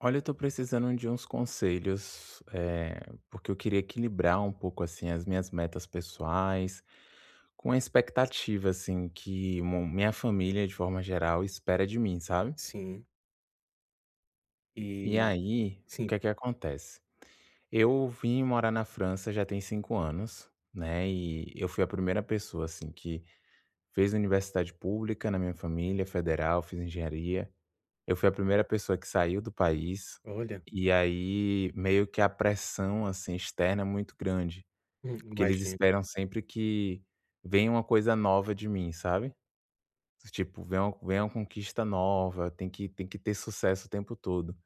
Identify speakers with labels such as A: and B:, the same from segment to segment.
A: Olha, eu tô precisando de uns conselhos, porque eu queria equilibrar um pouco, assim, as minhas metas pessoais com a expectativa, assim, que mo minha família, de forma geral, espera de mim, sabe.
B: Sim,
A: E
B: e
A: aí, o que
B: sim,
A: é que acontece? Eu vim morar na França já tem 5 anos, né, e eu fui a primeira pessoa, assim, que fez universidade pública na minha família, federal, fiz engenharia. Eu fui a primeira pessoa que saiu do país,
B: olha,
A: e aí meio que a pressão, assim, externa é muito grande, porque eles
B: imagino.
A: esperam sempre que venha uma coisa nova de mim, sabe. Tipo, vem uma conquista nova, tem que ter sucesso o tempo todo.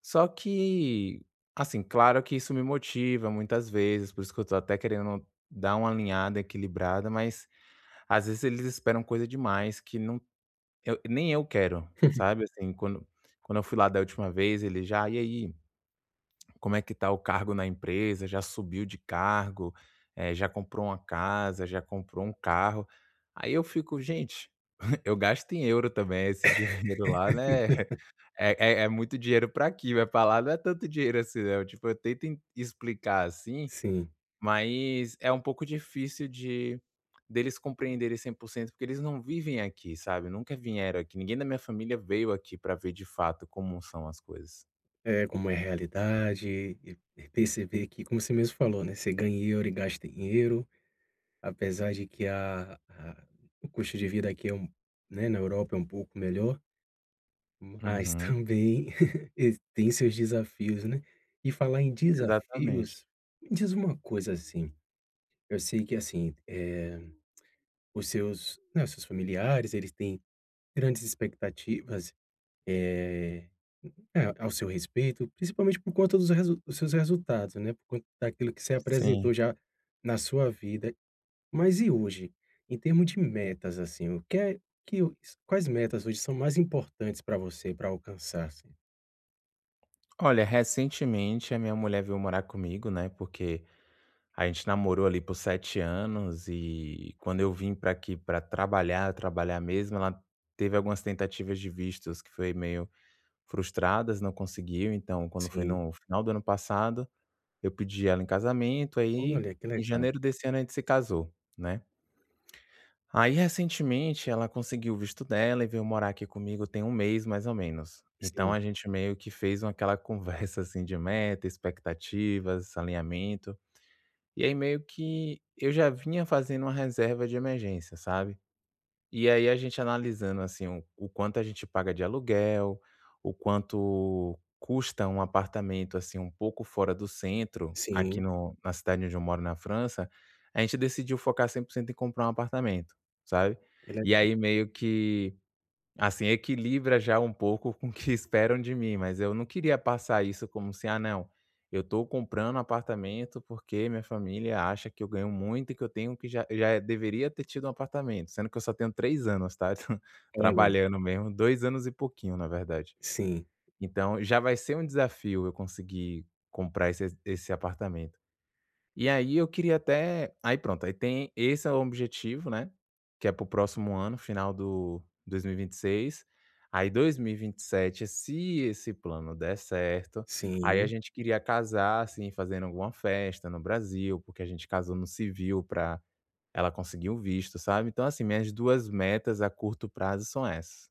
A: Só que, assim, claro que isso me motiva muitas vezes, por isso que eu tô até querendo dar uma alinhada, equilibrada, mas às vezes eles esperam coisa demais que não eu nem eu quero, sabe, assim, quando eu fui lá da última vez, ele já: "E aí, como é que tá o cargo na empresa? Já subiu de cargo? Já comprou uma casa? Já comprou um carro?" Aí eu fico: "Gente, eu gasto em euro também, esse dinheiro lá, né, é é muito dinheiro pra aqui, mas pra lá não é tanto dinheiro assim, né? eu Tipo, eu tento en explicar assim
B: Sim,
A: mas é um pouco difícil de deles compreenderem 100% porque eles não vivem aqui, sabe, nunca vieram aqui, ninguém da minha família veio aqui pra ver de fato como são as coisas.
B: é como é a realidade e perceber que, como você mesmo falou, né, você ganha em euro e gasta em euro, apesar de que a o custo de vida aqui é um né, na Europa é um pouco melhor, mas
A: Uhum.
B: também e tem seus desafios, né. E falar em
A: Exatamente.
B: desafios, me diz uma coisa, assim, eu sei que, assim, os seus, né, os seus familiares, eles têm grandes expectativas. Eh, É, ao seu respeito, principalmente por conta dos seus resultados, né, por conta daquilo que você
A: Sim.
B: apresentou já na sua vida. Mas e hoje? Em termo de metas, assim, o que é que o quais metas hoje são mais importantes para você para alcançar, assim?
A: Olha, recentemente a minha mulher veio morar comigo, né, porque a gente namorou ali por 7 anos e quando eu vim pra aqui pra trabalhar, trabalhar mesmo, ela teve algumas tentativas de vistos que foi meio frustradas, não conseguiu, então quando foi
B: Sim.
A: no final do ano passado, eu pedi ela em casamento, aí
B: Olha, que
A: em
B: legal.
A: janeiro desse ano a gente se casou, né. Aí recentemente ela conseguiu o visto dela e veio morar aqui comigo tem um mês mais ou menos. Então
B: Sim,
A: a gente meio que fez uma aquela conversa, assim, de meta, expectativas, alinhamento, e aí meio que eu já vinha fazendo uma reserva de emergência, sabe. E aí a gente analisando, assim, o quanto a gente paga de aluguel, o quanto custa um apartamento, assim, um pouco fora do centro, aqui
B: sim,
A: no na cidade onde eu moro na França, a gente decidiu focar 100% em comprar um apartamento, sabe.
B: que
A: E
B: legal.
A: aí meio que assim, equilibra já um pouco com o que esperam de mim, mas eu não queria passar isso como se: "Ah, não, eu estou comprando um apartamento porque minha família acha que eu ganho muito e que eu tenho que já deveria ter tido um apartamento", sendo que eu só tenho 3 anos, tá,
B: Olha,
A: trabalhando mesmo, 2 anos e pouquinho, na verdade.
B: sim,
A: Então já vai ser um desafio eu conseguir comprar esse apartamento. E aí eu queria até aí pronto, aí tem esse é o objetivo, né, que é para o próximo ano, final do dois mil e vinte e seis. Aí dois mil e vinte e sete se esse plano der certo, aí a
B: sim.
A: gente queria casar, assim, fazendo alguma festa no Brasil, porque a gente casou no civil pra ela conseguir o visto, sabe. Então, assim, minhas 2 metas a curto prazo são essas.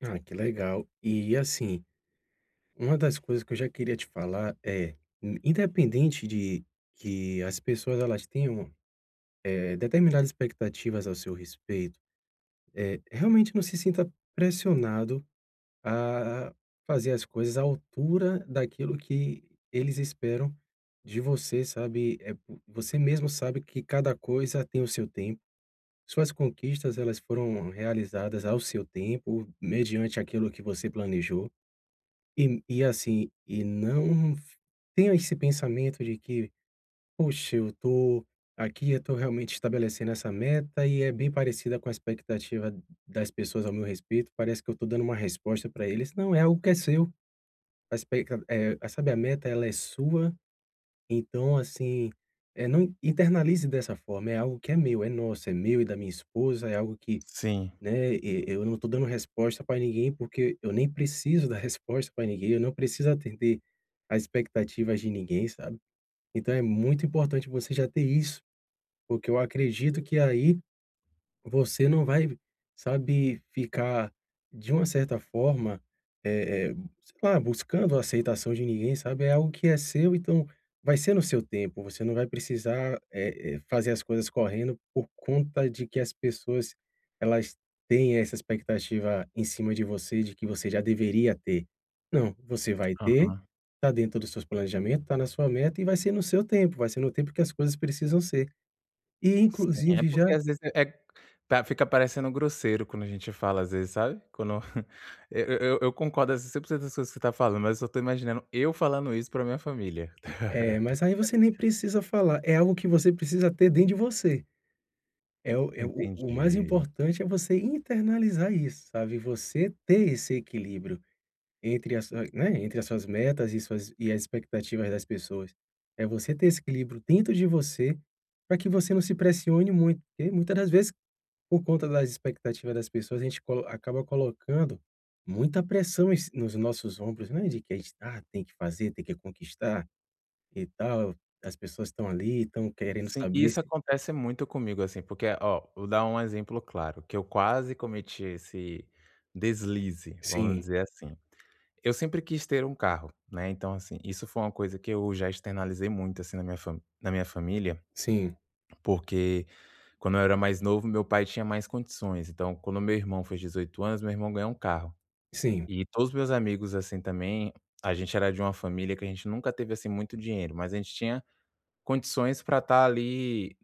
B: Ah, que legal. E, assim, uma das coisas que eu já queria te falar é, independente de que as pessoas elas tenham determinadas expectativas ao seu respeito, realmente não se sinta pressionado a fazer as coisas à altura daquilo que eles esperam de você, sabe? É, você mesmo sabe que cada coisa tem o seu tempo. Suas conquistas, elas foram realizadas ao seu tempo, mediante aquilo que você planejou. E assim, e não f- tenha esse pensamento de que: "Puxa, eu tô aqui, eu tô realmente estabelecendo essa meta e é bem parecida com a expectativa das pessoas ao meu respeito. Parece que eu tô dando uma resposta para eles". Não, é algo que é seu. A expecta sabe, a meta ela é sua, então assim, não internalize dessa forma, é algo que é meu, é nosso, é meu e da minha esposa, é algo que,
A: Sim.
B: né, e eu não tô dando resposta para ninguém, porque eu nem preciso dar resposta para ninguém, eu não preciso atender às expectativas de ninguém, sabe. Então é muito importante você já ter isso, porque eu acredito que aí você não vai, sabe, ficar de uma certa forma, eh eh, sei lá, buscando a aceitação de ninguém, sabe. É algo que é seu, então vai ser no seu tempo, você não vai precisar, fazer as coisas correndo por conta de que as pessoas, elas têm essa expectativa em cima de você, de que você já deveria ter. Não, você vai ter, tá dentro dos seus planejamentos, tá na sua meta e vai ser no seu tempo, vai ser no tempo que as coisas precisam ser. E
A: Sim, é
B: inclusive
A: porque
B: já
A: às vezes é pa fica parecendo grosseiro quando a gente fala às vezes, sabe? Quando eu concordo assim 100% das coisas que você tá falando, mas eu tô imaginando eu falando isso pra minha família.
B: é, mas aí você nem precisa falar, é algo que você precisa ter dentro de você. É o o mais
A: Entendi.
B: importante é você internalizar isso, sabe, você ter esse equilíbrio entre as sua né, entre as suas metas e suas e as expectativas das pessoas. É você ter esse equilíbrio dentro de você, para que você não se pressione muito, porque muitas das vezes, por conta das expectativas das pessoas, a gente colo acaba colocando muita pressão em ci nos nossos ombros, né, de que a gente: "Ah, tem que fazer, tem que conquistar". E tal, as pessoas estão ali, estão querendo
A: Sim, e
B: saber
A: isso
B: se
A: acontece muito comigo, assim, porque, ó, vou dar um exemplo claro, que eu quase cometi esse deslize, vamos
B: sim,
A: dizer assim. Eu sempre quis ter um carro, né, então, assim, isso foi uma coisa que eu já externalizei muito, assim, na minha fami na minha família.
B: sim,
A: Porque quando eu era mais novo, meu pai tinha mais condições. Então, quando meu irmão fez 18 anos, meu irmão ganhou um carro.
B: sim,
A: E todos meus amigos, assim, também, a gente era de uma família que a gente nunca teve, assim, muito dinheiro, mas a gente tinha condições para estar ali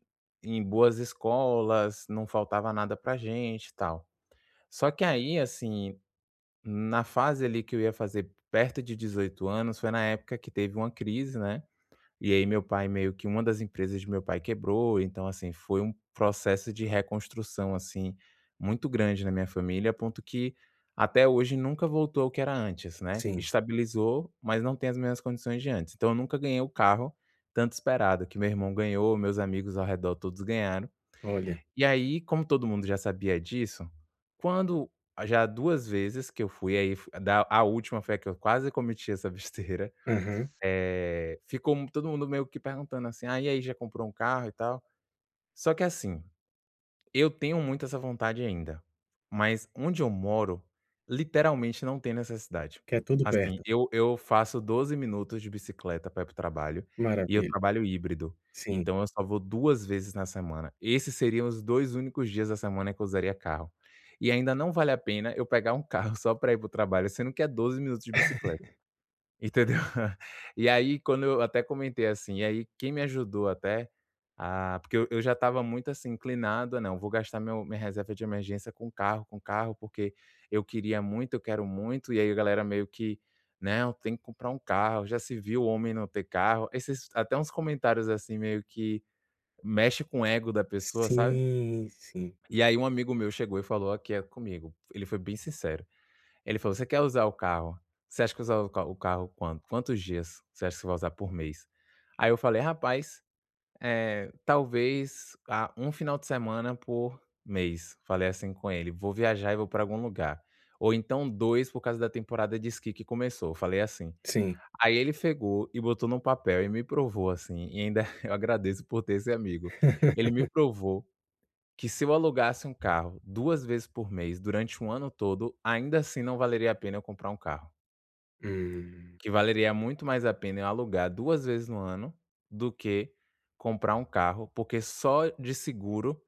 A: em boas escolas, não faltava nada pra gente e tal. Só que aí, assim, na fase ali que eu ia fazer perto de 18 anos, foi na época que teve uma crise, né? E aí meu pai meio que uma das empresas de meu pai quebrou, então assim, foi um processo de reconstrução, assim, muito grande na minha família, a ponto que até hoje nunca voltou ao que era antes, né.
B: sim.
A: Estabilizou, mas não tem as mesmas condições de antes. Então eu nunca ganhei o carro tanto esperado, que meu irmão ganhou, meus amigos ao redor todos ganharam.
B: Olha,
A: E aí, como todo mundo já sabia disso, quando já 2 vezes que eu fui, aí f da a última foi a que eu quase cometi essa besteira,
B: aham,
A: ficou todo mundo meio que perguntando assim: "Ah, e aí, já comprou um carro e tal?". Só que assim, eu tenho muito essa vontade ainda, mas onde eu moro, literalmente não tem necessidade.
B: que é tudo
A: Assim,
B: perto.
A: eu faço 12 minutos de bicicleta para ir para o trabalho, e eu
B: Maravilha.
A: trabalho híbrido,
B: Sim.
A: então eu só vou 2 vezes na semana. Esses seriam os 2 únicos dias da semana que eu usaria carro. E ainda não vale a pena eu pegar um carro só para ir para o trabalho, sendo que é 12 minutos de bicicleta. Entendeu? E aí quando eu até comentei assim, e aí quem me ajudou até a porque eu já estava muito assim inclinado a não, vou gastar meu minha reserva de emergência com carro, porque eu queria muito, eu quero muito, e aí a galera meio que: "Não, tem que comprar um carro, já se viu o homem não ter carro". Esses até uns comentários assim meio que mexe com o ego da pessoa, sabe?
B: Sim, sim,
A: E aí um amigo meu chegou e falou aqui é comigo, ele foi bem sincero. Ele falou: "Você quer usar o carro? Você acha que usar o ca o carro quantos dias você acha que você vai usar por mês?" Aí eu falei: "Rapaz, talvez, 1 final de semana por mês", falei assim com ele: "Vou viajar e vou para algum lugar, ou então 2 por causa da temporada de esqui que começou", falei assim.
B: sim.
A: Aí ele pegou e botou num papel e me provou assim, e ainda eu agradeço por ter esse amigo. Ele me provou que se eu alugasse um carro 2 vezes por mês durante um ano todo, ainda assim não valeria a pena eu comprar um carro.
B: Hum,
A: Que valeria muito mais a pena eu alugar 2 vezes no ano do que comprar um carro, porque só de seguro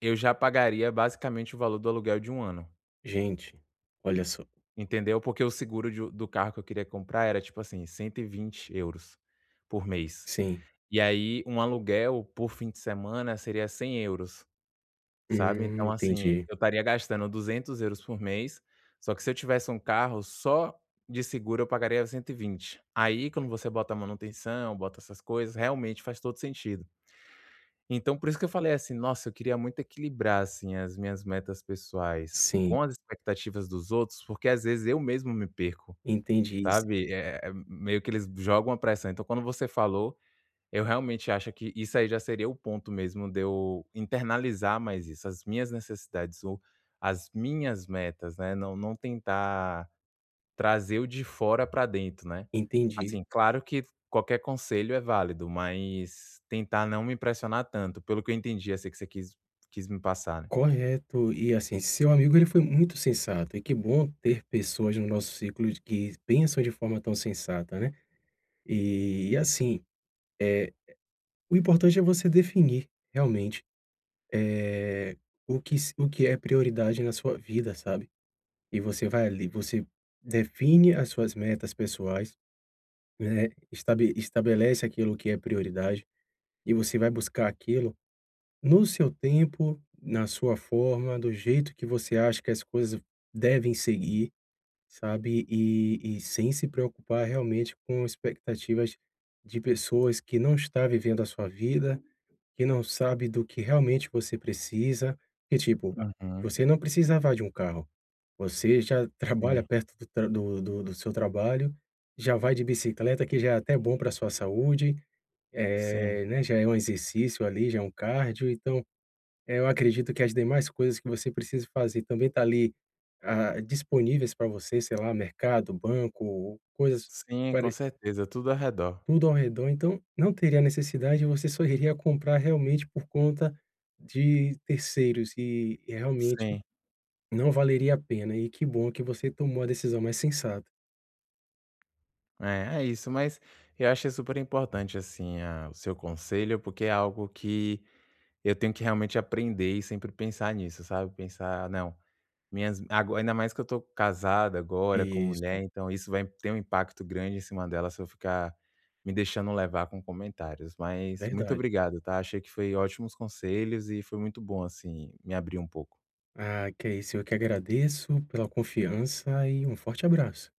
A: eu já pagaria basicamente o valor do aluguel de um ano,
B: gente, olha só.
A: entendeu? Porque o seguro de do carro que eu queria comprar era tipo assim, 120 euros por mês.
B: Sim,
A: E aí um aluguel por fim de semana seria 100 euros. Sabe, então assim,
B: entendi.
A: eu estaria gastando 200 euros por mês, só que se eu tivesse um carro só de seguro eu pagaria cento e vinte. Aí quando você bota manutenção, bota essas coisas, realmente faz todo sentido. Então por isso que eu falei assim: "Nossa, eu queria muito equilibrar, assim, as minhas metas pessoais
B: Sim,
A: com as expectativas dos outros", porque às vezes eu mesmo me perco,
B: entendi isso,
A: sabe, meio que eles jogam a pressão. Então quando você falou eu realmente acho que isso aí já seria o ponto mesmo de eu internalizar mais isso, as minhas necessidades ou as minhas metas, né, não tentar trazer o de fora para dentro, né.
B: entendi.
A: Assim, claro que qualquer conselho é válido, mas tentar não me impressionar tanto, pelo que eu entendi, assim, que você quis me passar, né.
B: Correto. E, assim, seu amigo ele foi muito sensato e que bom ter pessoas no nosso ciclo de que pensam de forma tão sensata, né. E assim, Eh, o importante é você definir realmente, eh, o que é prioridade na sua vida, sabe. E você vai ali, você define as suas metas pessoais, né, estabelece aquilo que é prioridade e você vai buscar aquilo no seu tempo, na sua forma, do jeito que você acha que as coisas devem seguir, sabe. E sem se preocupar realmente com expectativas de pessoas que não está vivendo a sua vida. Que não sabe do que realmente você precisa, que tipo,
A: Uhum.
B: você não precisava de um carro, você já trabalha
A: Sim,
B: perto do seu trabalho, já vai de bicicleta, que já é até bom para sua saúde,
A: sim.
B: né, já é um exercício ali, já é um cardio, então, eu acredito que as demais coisas que você precisa fazer também tá ali, ah, disponíveis para você, sei lá, mercado, banco, coisas
A: Sim, com
B: pare
A: certeza, tudo ao redor.
B: tudo ao redor, então não teria necessidade, você só iria comprar realmente por conta de terceiros e realmente
A: Sim.
B: não valeria a pena. E que bom que você tomou a decisão mais sensata.
A: É, é isso, mas eu achei super importante, assim, o seu conselho, porque é algo que eu tenho que realmente aprender e sempre pensar nisso, sabe? Pensar, não, minhas, agora, ainda mais que eu tô casada agora com
B: Isso,
A: mulher, então isso vai ter um impacto grande em cima dela se eu ficar me deixando levar com comentários. Mas muito
B: verdade.
A: obrigado, tá? Achei que foi ótimos conselhos e foi muito bom, assim, me abrir um pouco.
B: Ah, que é isso, eu que agradeço pela confiança e um forte abraço.